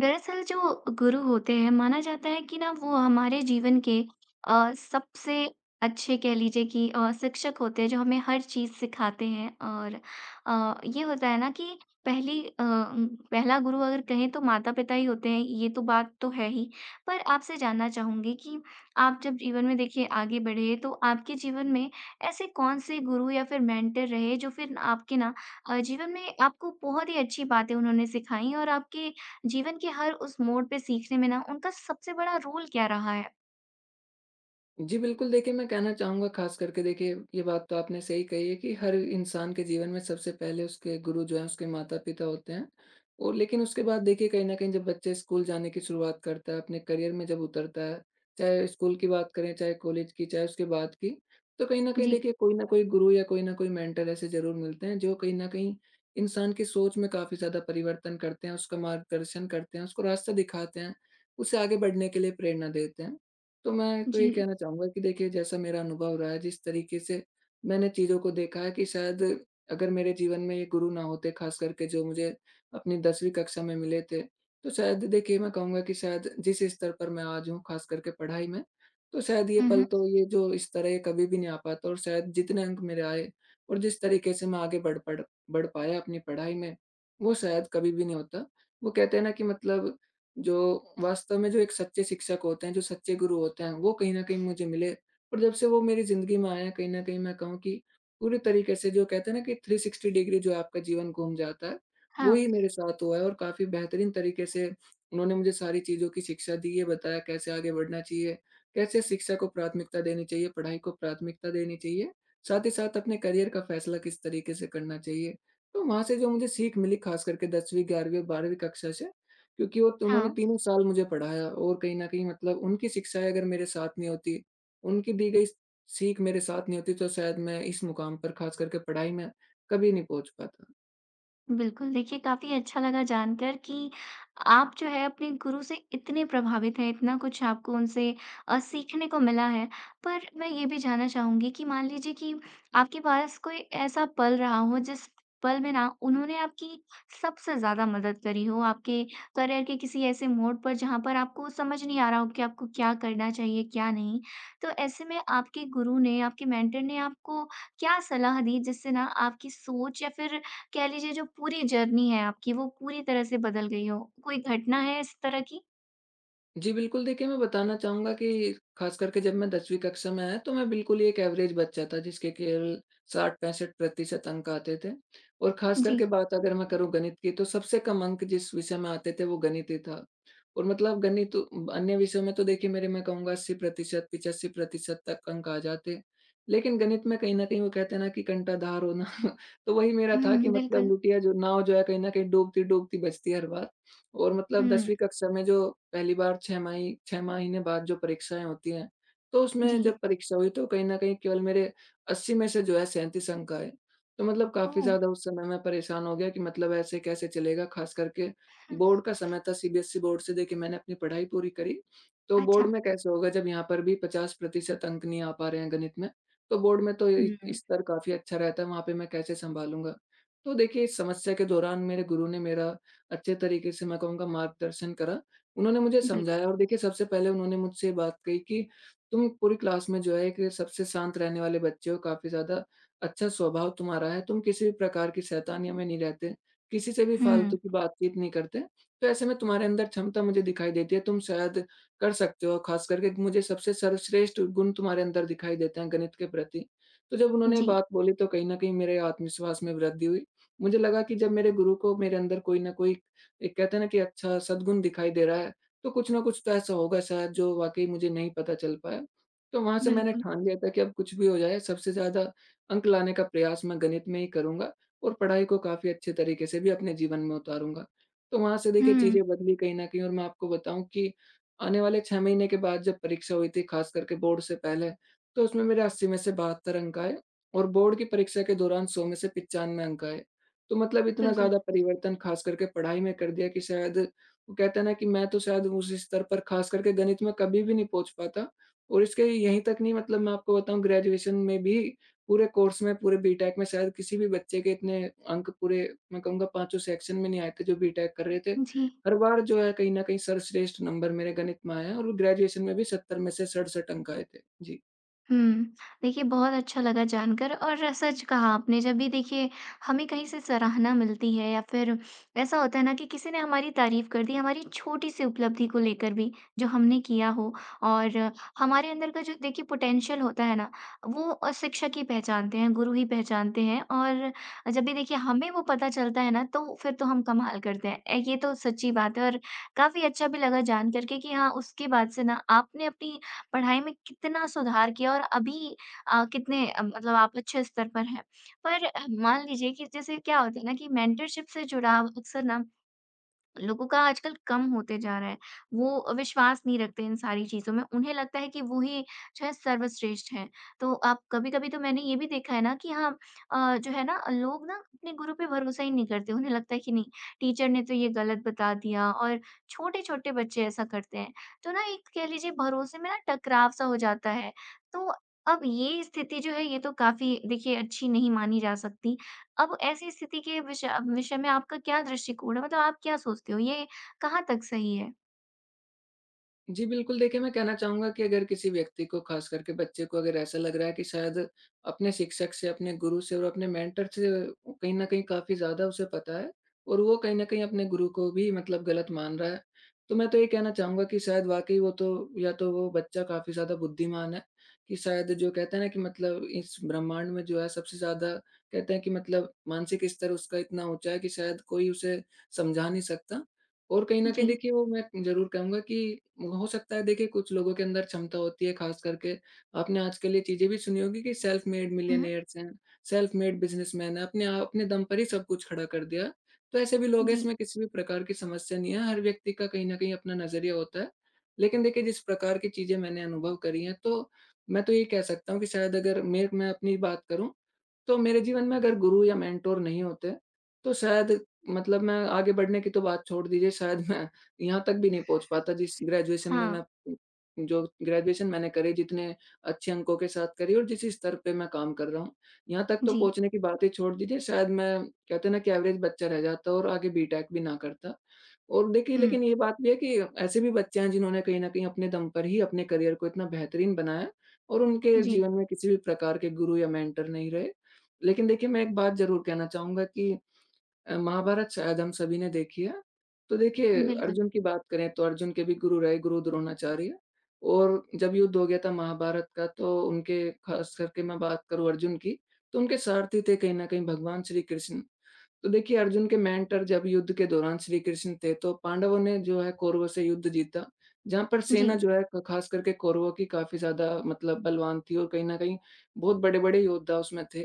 दरअसल जो गुरु होते हैं माना जाता है कि ना वो हमारे जीवन के सबसे अच्छे कह लीजिए कि शिक्षक होते हैं जो हमें हर चीज़ सिखाते हैं और ये होता है ना कि पहला गुरु अगर कहें तो माता-पिता ही होते हैं ये तो बात तो है ही। पर आपसे जानना चाहूँगी कि आप जब जीवन में देखिए आगे बढ़े तो आपके जीवन में ऐसे कौन से गुरु या फिर मेंटर रहे जो फिर आपके ना जीवन में आपको बहुत ही अच्छी बातें उन्होंने सिखाई और आपके जीवन के हर उस मोड़ पे सीखने में ना उनका सबसे बड़ा रोल क्या रहा है? जी, बिल्कुल देखिए, मैं कहना चाहूँगा ख़ास करके देखिए, ये बात तो आपने सही कही है कि हर इंसान के जीवन में सबसे पहले उसके गुरु जो हैं, उसके माता-पिता होते हैं। और लेकिन उसके बाद देखिए कहीं न कहीं जब बच्चे स्कूल जाने की शुरुआत करता है, अपने करियर में जब उतरता है, चाहे स्कूल की बात करें, चाहे कॉलेज की, चाहे उसके बाद की, तो कहीं न कहीं जी। देखिए कोई ना कोई गुरु या कोई ना कोई मेंटर ऐसे ज़रूर मिलते हैं, जो कहीं न कहीं इंसान की सोच में काफ़ी ज़्यादा परिवर्तन करते हैं, उसका मार्गदर्शन करते हैं, उसको रास्ता दिखाते हैं, उसे आगे बढ़ने के लिए प्रेरणा देते हैं। तो मैं तो ये जी। कहना चाहूँगा कि देखिए जैसा मेरा अनुभव रहा है, जिस तरीके से मैंने चीज़ों को देखा है कि शायद अगर मेरे जीवन में ये गुरु ना होते, ख़ास करके जो मुझे अपनी 10वीं कक्षा में मिले थे, तो शायद देखिए मैं कहूँगा कि शायद जिस स्तर पर मैं आज हूँ, ख़ास करके पढ़ाई में, तो शायद ये हुँ, पल हुँ। तो ये जो स्तर है ये कभी भी नहीं आ पाता और शायद जितने अंक मेरे आए और जिस तरीके से मैं आगे बढ़ पाया अपनी पढ़ाई में, वो शायद कभी भी नहीं होता। वो कहते हैं ना कि मतलब जो वास्तव में जो एक सच्चे शिक्षक होते हैं, जो सच्चे गुरु होते हैं, वो कहीं न कहीं मुझे मिले और जब से वो मेरी ज़िंदगी में आए हैं, कहीं न कहीं मैं कहूँ कि पूरे तरीके से जो कहते हैं ना कि 360 डिग्री जो आपका जीवन घूम जाता है, हाँ, वो ही मेरे साथ हुआ है और काफ़ी बेहतरीन तरीके से उन्होंने मुझे सारी चीज़ों की शिक्षा दी है, बताया कैसे आगे बढ़ना चाहिए, कैसे शिक्षा को प्राथमिकता देनी चाहिए, पढ़ाई को प्राथमिकता देनी चाहिए, साथ ही साथ अपने करियर का फैसला किस तरीके से करना चाहिए। तो वहाँ से जो मुझे सीख मिली ख़ास करके 10वीं, 11वीं और 12वीं कक्षा से, क्योंकि वो तो उन्होंने हाँ। तीनों साल मुझे पढ़ाया और कहीं न कहीं मतलब उनकी शिक्षाएँ अगर मेरे साथ नहीं होती, उनकी दी गई सीख मेरे साथ नहीं होती, तो शायद मैं इस मुकाम पर ख़ास करके पढ़ाई में कभी नहीं पहुँच पाता। बिल्कुल, देखिए काफ़ी अच्छा लगा जानकर कि आप जो है अपने गुरु से इतने प्रभावित हैं, इतना कुछ आपको उनसे सीखने को मिला है। पर मैं ये भी जानना चाहूँगी कि मान लीजिए कि आपके पास कोई ऐसा पल रहा हो जिस पल में ना उन्होंने आपकी सबसे ज़्यादा मदद करी हो, आपके करियर के किसी ऐसे मोड़ पर जहाँ पर आपको समझ नहीं आ रहा हो कि आपको क्या करना चाहिए, क्या नहीं। तो ऐसे में आपके गुरु ने, आपके मेंटर ने आपको क्या सलाह दी जिससे ना आपकी सोच या फिर कह लीजिए जो पूरी जर्नी है आपकी वो पूरी तरह से बदल गई हो? कोई घटना है इस तरह की? जी बिल्कुल, देखिए मैं बताना चाहूँगा कि ख़ास करके जब मैं 10वीं कक्षा में आया तो मैं बिल्कुल ही एक एवरेज बच्चा था, जिसके केवल 60-65% अंक आते थे और ख़ास जी। करके बात अगर मैं करूँ गणित की, तो सबसे कम अंक जिस विषय में आते थे वो गणित ही था। और मतलब गणित, अन्य विषयों में तो देखिए मेरे मैं कहूँगा 80% 85% तक अंक आ जाते। लेकिन गणित में कहीं न कहीं वो कहते हैं ना कि कंटाधार होना तो वही मेरा था कि हुँ, मतलब बिल्कुल। लुटिया, जो नाव जो है कहीं न कहीं डूबती-डूबती बचती है हर बार। और मतलब हुँ। 10वीं कक्षा में जो पहली बार छमाही 6 महीने बाद जो परीक्षाएँ होती हैं, तो जी। उसमें जब परीक्षा हुई तो कहीं न कहीं केवल मेरे 80 में से जो है 37 अंक आए। तो मतलब काफ़ी ओह! ज़्यादा उस समय मैं परेशान हो गया कि मतलब ऐसे कैसे चलेगा, ख़ास करके हुँ, बोर्ड का समय था, सीबीएसई बोर्ड से देखिए मैंने अपनी पढ़ाई पूरी करी, तो बोर्ड अच्छा। में कैसे होगा जब यहाँ पर भी 50% अंक नहीं आ पा रहे हैं गणित में, तो बोर्ड में तो इ हुँ, स्तर काफ़ी अच्छा रहता है, वहाँ पे मैं कैसे सँभालूँगा? तो देखिए इस समस्या के दौरान मेरे गुरु ने मेरा अच्छे तरीके से मैं कहूँगा मार्गदर्शन करा। उन्होंने मुझे बिल्कुल। समझाया और देखिए सबसे पहले उन्होंने मुझसे ये बात कही कि तुम पूरी क्लास में जो है एक सबसे शांत रहने वाले बच्चे हो, काफ़ी ज़्यादा अच्छा स्वभाव तुम्हारा है, तुम किसी भी प्रकार की शैतानियों में नहीं रहते। किसी से भी हुँ, फालतू की बातचीत नहीं करते, तो ऐसे में तुम्हारे अंदर क्षमता मुझे दिखाई देती है, तुम शायद कर सकते हो। खास करके मुझे सबसे सर्वश्रेष्ठ गुण तुम्हारे अंदर दिखाई देते हैं गणित के प्रति। तो जब उन्होंने ये जी, बात बोली तो कहीं न कहीं मेरे आत्मविश्वास में वृद्धि हुई। मुझे लगा कि जब मेरे गुरु को मेरे अंदर कोई न कोई एक, कहते हैं ना कि अच्छा सद्गुण दिखाई दे रहा है, तो कुछ न कुछ तो ऐसा होगा शायद जो वाक़ई मुझे नहीं पता चल पाया। तो वहाँ से मैंने बिल्कुल। ठान लिया था कि अब कुछ भी हो जाए, सबसे ज़्यादा अंक लाने का प्रयास मैं गणित में ही करूँगा। और पढ़ाई को काफ़ी अच्छे तरीके से भी अपने जीवन में उतारूँगा। तो वहाँ से देखिए हुँ, चीज़ें बदली कहीं न कहीं, और मैं आपको बताऊँ कि आने वाले 6 महीने के बाद जब परीक्षा हुई थी ख़ास करके बोर्ड से पहले, तो उसमें मेरे 80 में से 72 अंक आए और बोर्ड की परीक्षा के दौरान 100 में से 95 अंक आए। तो मतलब इतना बिल्कुल। ज़्यादा परिवर्तन ख़ास करके पढ़ाई में कर दिया कि शायद वो कहते हैं ना कि मैं तो शायद उस स्तर पर ख़ास करके गणित में कभी भी नहीं पहुँच पाता। और इसके यहीं तक नहीं, मतलब मैं आपको बताऊँ, ग्रेजुएशन में भी पूरे कोर्स में, पूरे बीटेक में शायद किसी भी बच्चे के इतने अंक पूरे मैं कहूँगा पाँचों सेक्शन में नहीं आए थे जो बीटेक कर रहे थे। जी। हर बार जो है कहीं न कहीं सर्वश्रेष्ठ नंबर मेरे गणित में आया और ग्रेजुएशन में भी 70 में से 67 अंक आए थे। जी। हुँ। देखिए, बहुत अच्छा लगा जानकर और सच कहा आपने, जब भी देखिए हमें कहीं से सराहना मिलती है या फिर ऐसा होता है ना कि किसी ने हमारी तारीफ़ कर दी, हमारी छोटी-सी उपलब्धि को लेकर भी, जो हमने किया हो और हमारे अंदर का जो देखिए पोटेंशियल होता है ना, वो शिक्षक ही पहचानते हैं, गुरु ही पहचानते हैं और जब भी देखिए हमें वो पता चलता है ना, तो फिर तो हम कमाल करते हैं। ये तो सच्ची बात है और काफ़ी अच्छा भी लगा जान कर के कि हाँ, उसके बाद से ना आपने अपनी पढ़ाई में कितना सुधार किया और अभी कितने मतलब आप अच्छे स्तर पर हैं। पर मान लीजिए कि जैसे क्या होता है ना कि मेंटरशिप से जुड़ाव अक्सर ना लोगों का आजकल कम होते जा रहा है। वो विश्वास नहीं रखते इन सारी चीज़ों में। उन्हें लगता है कि वो ही शायद सर्वश्रेष्ठ हैं। तो आप कभी-कभी तो मैंने ये भी देखा है ना कि हाँ जो है ना लोग ना अपने गुरु पे भरोसा ही नहीं करते। उन्हें लगता है कि नहीं टीचर ने तो ये गलत बता दिया और छोटे-छोटे बच्चे ऐसा करते हैं। तो ना एक कह लीजिए भरोसे में ना टकराव सा हो जाता है। तो अब ये स्थिति जो है ये तो काफ़ी देखिए अच्छी नहीं मानी जा सकती। अब ऐसी स्थिति के विषय में आपका क्या दृष्टिकोण है? मतलब आप क्या सोचते हो ये कहाँ तक सही है? जी, बिल्कुल देखिए, मैं कहना चाहूँगा कि अगर किसी व्यक्ति को, ख़ास करके बच्चे को, अगर ऐसा लग रहा है कि शायद अपने शिक्षक से, अपने गुरु से और अपने मेंटर से कहीं न कहीं काफ़ी ज़्यादा उसे पता है और वो कहीं न कहीं अपने गुरु को भी मतलब गलत मान रहा है, तो मैं तो ये कहना चाहूँगा कि शायद वाक़ई वो तो, या तो वो बच्चा काफ़ी ज़्यादा बुद्धिमान है कि शायद जो कहते हैं ना कि मतलब इस ब्रह्मांड में जो है सबसे ज़्यादा, कहते हैं कि मतलब मानसिक स्तर उसका इतना ऊँचा है कि शायद कोई उसे समझा नहीं सकता। और कहीं न जी। कहीं देखिए वो मैं ज़रूर कहूँगा कि हो सकता है, देखिए कुछ लोगों के अंदर क्षमता होती है। ख़ास करके आपने आजकल ये चीज़ें भी सुनी होगी कि self made um, um. Millionaires हैं, सेल्फ मेड बिज़नेसमैन हैं, अपने दम पर ही सब कुछ खड़ा कर दिया। तो ऐसे भी लोग हैं, जी। इसमें किसी भी प्रकार की समस्या नहीं है, हर व्यक्ति का कहीं न कहीं अपना नज़रिया होता है। लेकिन देखिए जिस प्रकार की चीज़ें मैंने अनुभव करी हैं, तो मैं तो ये कह सकता हूँ कि शायद अगर मैं अपनी बात करूँ, तो मेरे जीवन में अगर गुरु या मेंटोर नहीं होते, तो शायद, मतलब मैं आगे बढ़ने की तो बात छोड़ दीजिए, शायद मैं यहाँ तक भी नहीं पहुँच हुँ। पाता जिस ग्रेजुएशन में मैं, हाँ। जो ग्रेजुएशन मैंने करी, जितने अच्छे अंकों के साथ करी और जिस स्तर पे मैं काम कर रहा हूँ, यहाँ तक तो जी। पहुँचने की बात ही छोड़ दीजिए, शायद मैं, कहते हैं ना कि एवरेज बच्चा रह जाता और आगे बीटेक भी ना करता। और देखिए हुँ। लेकिन ये बात भी है कि ऐसे भी बच्चे हैं जिन्होंने कहीं न कहीं अपने दम पर ही अपने करियर को इतना बेहतरीन बनाया और उनके जी। जीवन में किसी भी प्रकार के गुरु या मेंटर नहीं रहे। लेकिन देखिए, मैं एक बात ज़रूर कहना चाहूँगा कि महाभारत शायद हम सभी ने देखी है। तो देखिए, बिल्कुल। अर्जुन की बात करें तो अर्जुन के भी गुरु रहे, गुरु द्रोणाचार्य, और जब युद्ध हो गया था महाभारत का तो उनके, ख़ास करके मैं बात करूँ अर्जुन की, तो उनके सारथी थे कहीं न कहीं भगवान श्री कृष्ण। तो देखिए, अर्जुन के मेंटर जब युद्ध के दौरान श्री कृष्ण थे तो पांडवों ने जो है कौरवों से युद्ध जीता, जहाँ पर जी। सेना जो है क ख़ास करके कौरवों की काफ़ी ज़्यादा मतलब बलवान थी और कहीं न कहीं बहुत बड़े-बड़े योद्धा उसमें थे।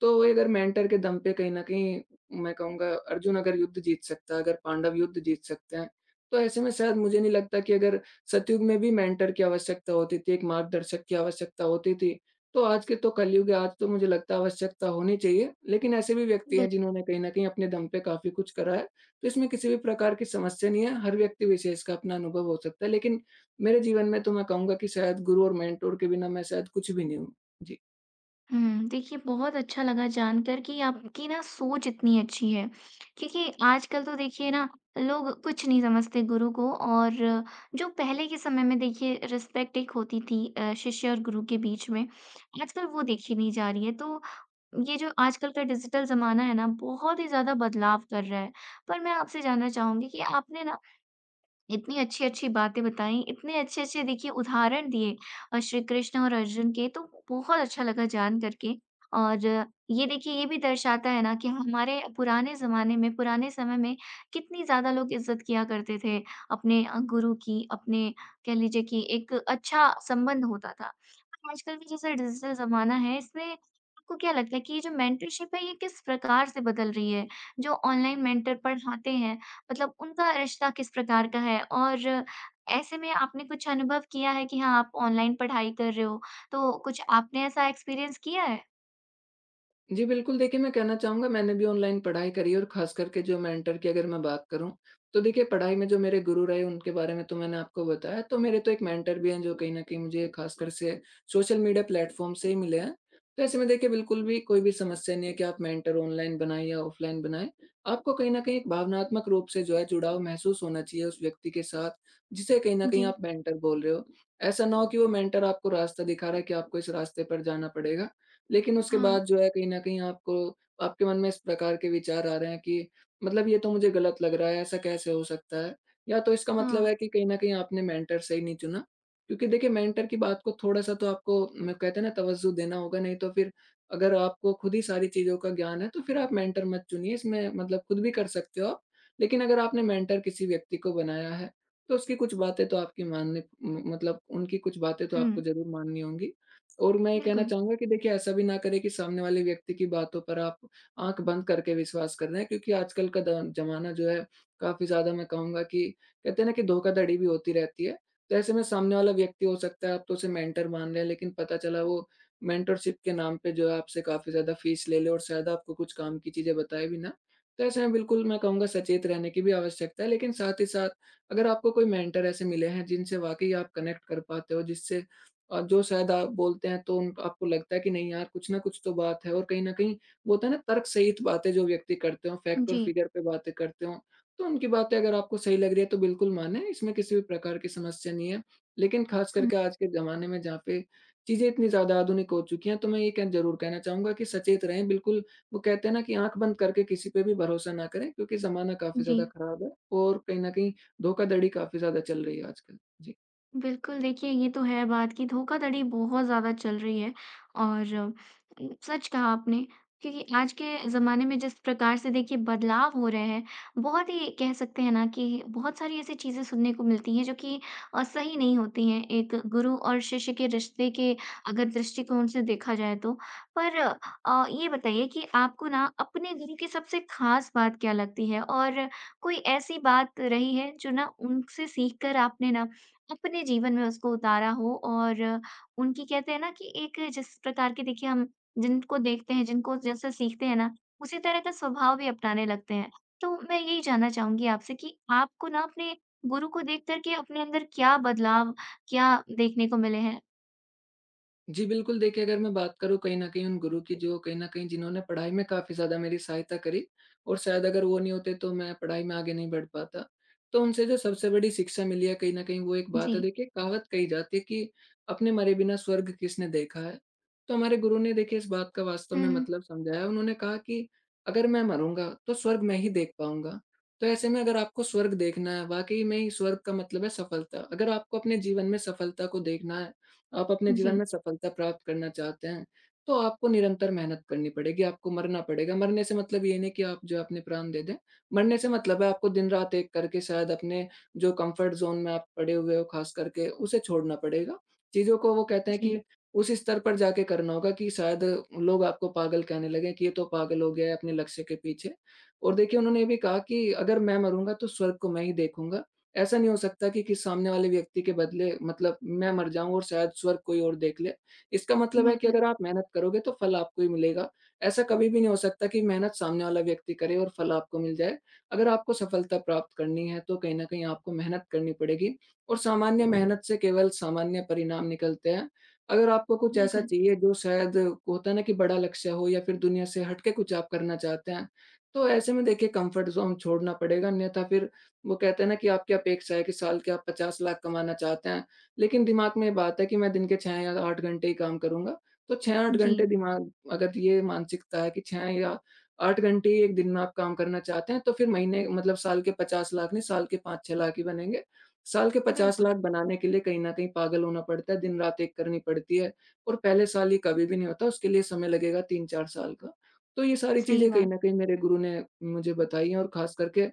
तो वही अगर मेंटर के दम पे कहीं न कहीं मैं कहूँगा अर्जुन अगर युद्ध जीत सकता है, अगर पांडव युद्ध जीत सकते हैं, तो ऐसे में शायद मुझे नहीं लगता कि अगर सतयुग में भी मेंटर की आवश्यकता होती थी, एक मार्गदर्शक की आवश्यकता होती थी, तो आज के तो कलयुग है, आज तो मुझे लगता है आवश्यकता होनी चाहिए। लेकिन ऐसे भी व्यक्ति बिल हैं जिन्होंने कहीं न कहीं अपने दम पे काफ़ी कुछ करा है, तो इसमें किसी भी प्रकार की समस्या नहीं है, हर व्यक्ति विशेष का अपना अनुभव हो सकता है। लेकिन मेरे जीवन में तो मैं कहूँगा कि शायद गुरु और मेंटर के बिना मैं शायद कुछ भी नहीं हूँ। जी। हुँ, देखिए बहुत अच्छा लगा जानकर कि आपकी ना सोच इतनी अच्छी है, क्योंकि आजकल तो देखिए ना लोग कुछ नहीं समझते गुरु को और जो पहले के समय में देखिए रिस्पेक्ट एक होती थी शिष्य और गुरु के बीच में, आजकल वो देखी नहीं जा रही है। तो ये जो आजकल का डिजिटल ज़माना है ना, बहुत ही ज़्यादा बदलाव कर रहा है। पर मैं आपसे जानना चाहूँगी कि आपने ना इतनी अच्छी-अच्छी बातें बताई, इतने अच्छे-अच्छे देखिए उदाहरण दिए श्री कृष्ण और अर्जुन के, तो बहुत अच्छा लगा जान कर के। और ये देखिए ये भी दर्शाता है ना कि हमारे पुराने ज़माने में, पुराने समय में कितनी ज़्यादा लोग इज़्ज़त किया करते थे अपने गुरु की, अपने कह लीजिए कि एक अच्छा संबंध होता था। पर आजकल का जैसा डिजिटल ज़माना है, इसमें आपको क्या लगता है कि ये जो मेंटरशिप है, ये किस प्रकार से बदल रही है? जो ऑनलाइन मेंटर पढ़ाते हैं मतलब उनका रिश्ता किस प्रकार का है? और ऐसे में आपने कुछ अनुभव किया है कि हाँ, आप ऑनलाइन पढ़ाई कर रहे हो, तो कुछ आपने ऐसा एक्सपीरियंस किया है? जी, बिल्कुल देखिए, मैं कहना चाहूँगा मैंने भी ऑनलाइन पढ़ाई करी है और ख़ास करके जो मेंटर की अगर मैं बात करूँ, तो देखिए पढ़ाई में जो मेरे गुरु रहे उनके बारे में तो मैंने आपको बताया। तो मेरे तो एक मेंटर भी हैं जो कहीं न कहीं मुझे ख़ासकर से सोशल मीडिया प्लेटफ़ॉर्म से ही मिले हैं। तो ऐसे में देखिए बिल्कुल भी कोई भी समस्या नहीं है कि आप मेंटर ऑनलाइन बनाएँ या ऑफ़लाइन बनाएँ। आपको कहीं न कहीं एक भावनात्मक रूप से जो है जुड़ाव महसूस होना चाहिए उस व्यक्ति के साथ, जिसे कहीं न कहीं जी। आप मेंटर बोल रहे हो। ऐसा ना हो कि वो मेंटर आपको रास्ता दिखा रहा है कि आपको इस रास्ते पर जाना पड़ेगा। लेकिन उसके हाँ, बाद जो है कहीं न कहीं आपको आपके मन में इस प्रकार के विचार आ रहे हैं कि मतलब ये तो मुझे गलत लग रहा है, ऐसा कैसे हो सकता है? या तो इसका हाँ। मतलब है कि कहीं न कहीं आपने मेंटर सही नहीं चुना। क्योंकि देखिए मेंटर की बात को थोड़ा-सा तो आपको म कहते हैं ना तवज्जो देना होगा, नहीं तो फिर अगर आपको खुद ही सारी चीज़ों का ज्ञान है तो फिर आप मेंटर मत चुनिए। इसमें मतलब खुद भी कर सकते हो आप। लेकिन अगर आपने मेंटर किसी व्यक्ति को बनाया है, तो उसकी कुछ बातें तो आपकी माननी म मतलब उनकी कुछ बातें तो आपको हुँ, ज़रूर माननी होंगी। और मैं ये कहना बिल्कुल। चाहूँगा कि देखिए ऐसा भी ना करें कि सामने वाले व्यक्ति की बातों पर आप आँख बंद करके विश्वास कर रहे हैं, क्योंकि आजकल का द ज़माना जो है काफ़ी ज़्यादा, मैं कहूँगा कि कहते हैं ना कि धोखाधड़ी भी होती रहती है। तो ऐसे में सामने वाला व्यक्ति हो सकता है आप तो उसे मेंटर मान रहे हैं, लेकिन पता चला वो मेंटरशिप के नाम पे जो है आपसे काफ़ी ज़्यादा फीस ले ले और शायद आपको कुछ काम की चीज़ें बताए भी ना। तो ऐसे में बिल्कुल मैं कहूँगा सचेत रहने की भी आवश्यकता है, लेकिन साथ ही साथ अगर आपको कोई मेंटर ऐसे मिले हैं जिनसे वाक़ई आप कनेक्ट कर पाते हो, जिससे जो शायद आप बोलते हैं तो उन आपको लगता है कि नहीं यार, कुछ ना कुछ तो बात है, और कहीं न कहीं वो होता है ना, तर्क सहित बातें जो व्यक्ति करते हों, फैक्ट और जी। फिगर पे बातें करते हों, तो उनकी बातें अगर आपको सही लग रही है तो बिल्कुल मानें, इसमें किसी भी प्रकार की समस्या नहीं है। लेकिन ख़ास हुँ, करके आज के ज़माने में, जहाँ पे चीज़ें इतनी ज़्यादा आधुनिक हो चुकी हैं, तो मैं ये कह ज़रूर कहना चाहूँगा कि सचेत रहें बिल्कुल। वो कहते हैं ना कि आँख बंद करके किसी पे भी भरोसा ना करें, क्योंकि ज़माना काफ़ी जी। ज़्यादा ख़राब है और कहीं न कहीं धोखाधड़ी काफ़ी ज़्यादा चल रही है आजकल। जी। बिल्कुल, देखिए ये तो है बात कि धोखाधड़ी बहुत ज़्यादा चल रही है और सच कहा आपने क्योंकि आज के ज़माने में जिस प्रकार से देखिए बदलाव हो रहे हैं, बहुत ही कह सकते हैं ना कि बहुत सारी ऐसी चीज़ें सुनने को मिलती हैं जो कि सही नहीं होती हैं, एक गुरु और शिष्य के रिश्ते के अगर दृष्टिकोण से देखा जाए तो। पर ये बताइए कि आपको ना अपने गुरु की सबसे ख़ास बात क्या लगती है? और कोई ऐसी बात रही है जो ना उनसे सीख कर आपने ना अपने जीवन में उसको उतारा हो और उनकी कहते हैं ना कि एक जिस प्रकार की देखिए हम जिनको देखते हैं, जिनको जैसे सीखते हैं ना, उसी तरह का स्वभाव भी अपनाने लगते हैं। तो मैं यही जानना चाहूँगी आपसे कि आपको ना अपने गुरु को देख कर के अपने अंदर क्या बदलाव, क्या देखने को मिले हैं? जी, बिल्कुल देखिए, अगर मैं बात करूँ कहीं न कहीं उन गुरु की जो कहीं न कहीं, जिन्होंने पढ़ाई में काफ़ी ज़्यादा मेरी सहायता करी, और शायद अगर वो नहीं होते तो मैं पढ़ाई में आगे नहीं बढ़ पाता। तो उनसे जो सबसे बड़ी शिक्षा मिली है कहीं न कहीं, वो एक जी। बात है, देखिए कहावत कही जाती है कि अपने मरे बिना स्वर्ग किसने देखा है? तो हमारे गुरु ने देखिए इस बात का वास्तव हुँ, में हुँ। मतलब समझाया। उन्होंने कहा कि अगर मैं मरूँगा तो स्वर्ग मैं ही देख पाऊँगा। तो ऐसे में अगर आपको स्वर्ग देखना है, वाक़ई में ही स्वर्ग का मतलब है सफलता। अगर आपको अपने जीवन में सफलता को देखना है, आप अपने जीवन जी, में सफलता प्राप्त करना चाहते हैं, तो आपको निरंतर मेहनत करनी पड़ेगी, आपको मरना पड़ेगा। मरने से मतलब ये नहीं कि आप जो अपने प्राण दे दें, मरने से मतलब है आपको दिन-रात एक करके शायद अपने जो कम्फ़र्ट ज़ोन में आप पड़े हुए हो ख़ास करके, उसे छोड़ना पड़ेगा। चीज़ों को, वो कहते हैं जी। कि उस स्तर पर जाके करना होगा कि शायद लोग आपको पागल कहने लगें कि ये तो पागल हो गया है अपने लक्ष्य के पीछे। और देखिए, उन्होंने ये भी कहा कि अगर मैं मरूँगा तो स्वर्ग को मैं ही देखूँगा, ऐसा नहीं हो सकता कि सामने वाले व्यक्ति के बदले मतलब मैं मर जाऊँ और शायद स्वर्ग कोई और देख ले। इसका मतलब है कि बिल्कुल, अगर आप मेहनत करोगे तो फल आपको ही मिलेगा। ऐसा कभी भी नहीं हो सकता कि मेहनत सामने वाला व्यक्ति करे और फल आपको मिल जाए। अगर आपको सफलता प्राप्त करनी है तो कहीं न कहीं आपको मेहनत करनी पड़ेगी, और सामान्य मेहनत से केवल सामान्य परिणाम निकलते हैं। अगर आपको कुछ ऐसा बिल्कुल। चाहिए जो शायद, होता है ना, कि बड़ा लक्ष्य हो या फिर दुनिया से हट के कुछ आप करना चाहते हैं, तो ऐसे में देखिए कम्फर्ट ज़ोन छोड़ना पड़ेगा, अन्यथा फिर वो कहते हैं ना कि आपकी अपेक्षा है कि साल के आप 50 लाख कमाना चाहते हैं, लेकिन दिमाग में ये बात है कि मैं दिन के 6 या 8 घंटे ही काम करूँगा। तो 6-8 जी, घंटे, दिमाग अगर ये मानसिकता है कि 6 या 8 घंटे ही एक दिन में आप काम करना चाहते हैं, तो फिर महीने मतलब साल के 50 लाख नहीं, साल के 5-6 लाख ही बनेंगे। साल के 50 बिल्कुल। लाख बनाने के लिए कहीं न कहीं पागल होना पड़ता है, दिन-रात एक करनी पड़ती है, और पहले साल ये कभी भी नहीं होता, उसके लिए समय लगेगा 3-4 साल का। तो ये सारी सही चीज़ें कहीं बात। न कहीं मेरे गुरु ने मुझे बताई हैं, और ख़ास करके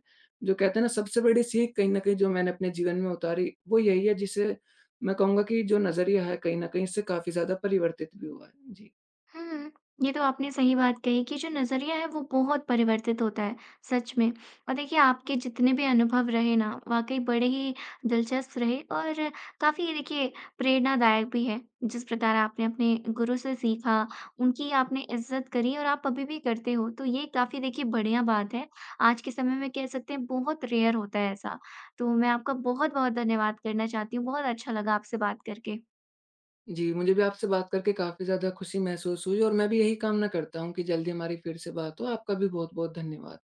जो कहते हैं ना सबसे बड़ी सीख कहीं न कहीं जो मैंने अपने जीवन में उतारी, वो यही है, जिसे मैं कहूँगा कि जो नज़रिया है कहीं न कहीं इससे काफ़ी ज़्यादा परिवर्तित भी हुआ है। जी। हुँ। ये तो आपने सही बात कही कि जो नज़रिया है वो बहुत परिवर्तित होता है, सच में। और देखिए आपके जितने भी अनुभव रहे ना वाक़ई बड़े ही दिलचस्प रहे और काफ़ी देखिए प्रेरणादायक भी है। जिस प्रकार आपने अपने गुरु से सीखा, उनकी आपने इज़्ज़त करी और आप अभी भी करते हो, तो ये काफ़ी देखिए बढ़िया बात है। आज के समय में कह सकते हैं बहुत रेयर होता है ऐसा। तो मैं आपका बहुत-बहुत धन्यवाद करना चाहती हूँ, बहुत अच्छा लगा आपसे बात करके। जी, मुझे भी आपसे बात करके काफ़ी ज़्यादा खुशी महसूस हुई, और मैं भी यही कामना करता हूँ कि जल्दी हमारी फिर से बात हो। आपका भी बहुत-बहुत धन्यवाद।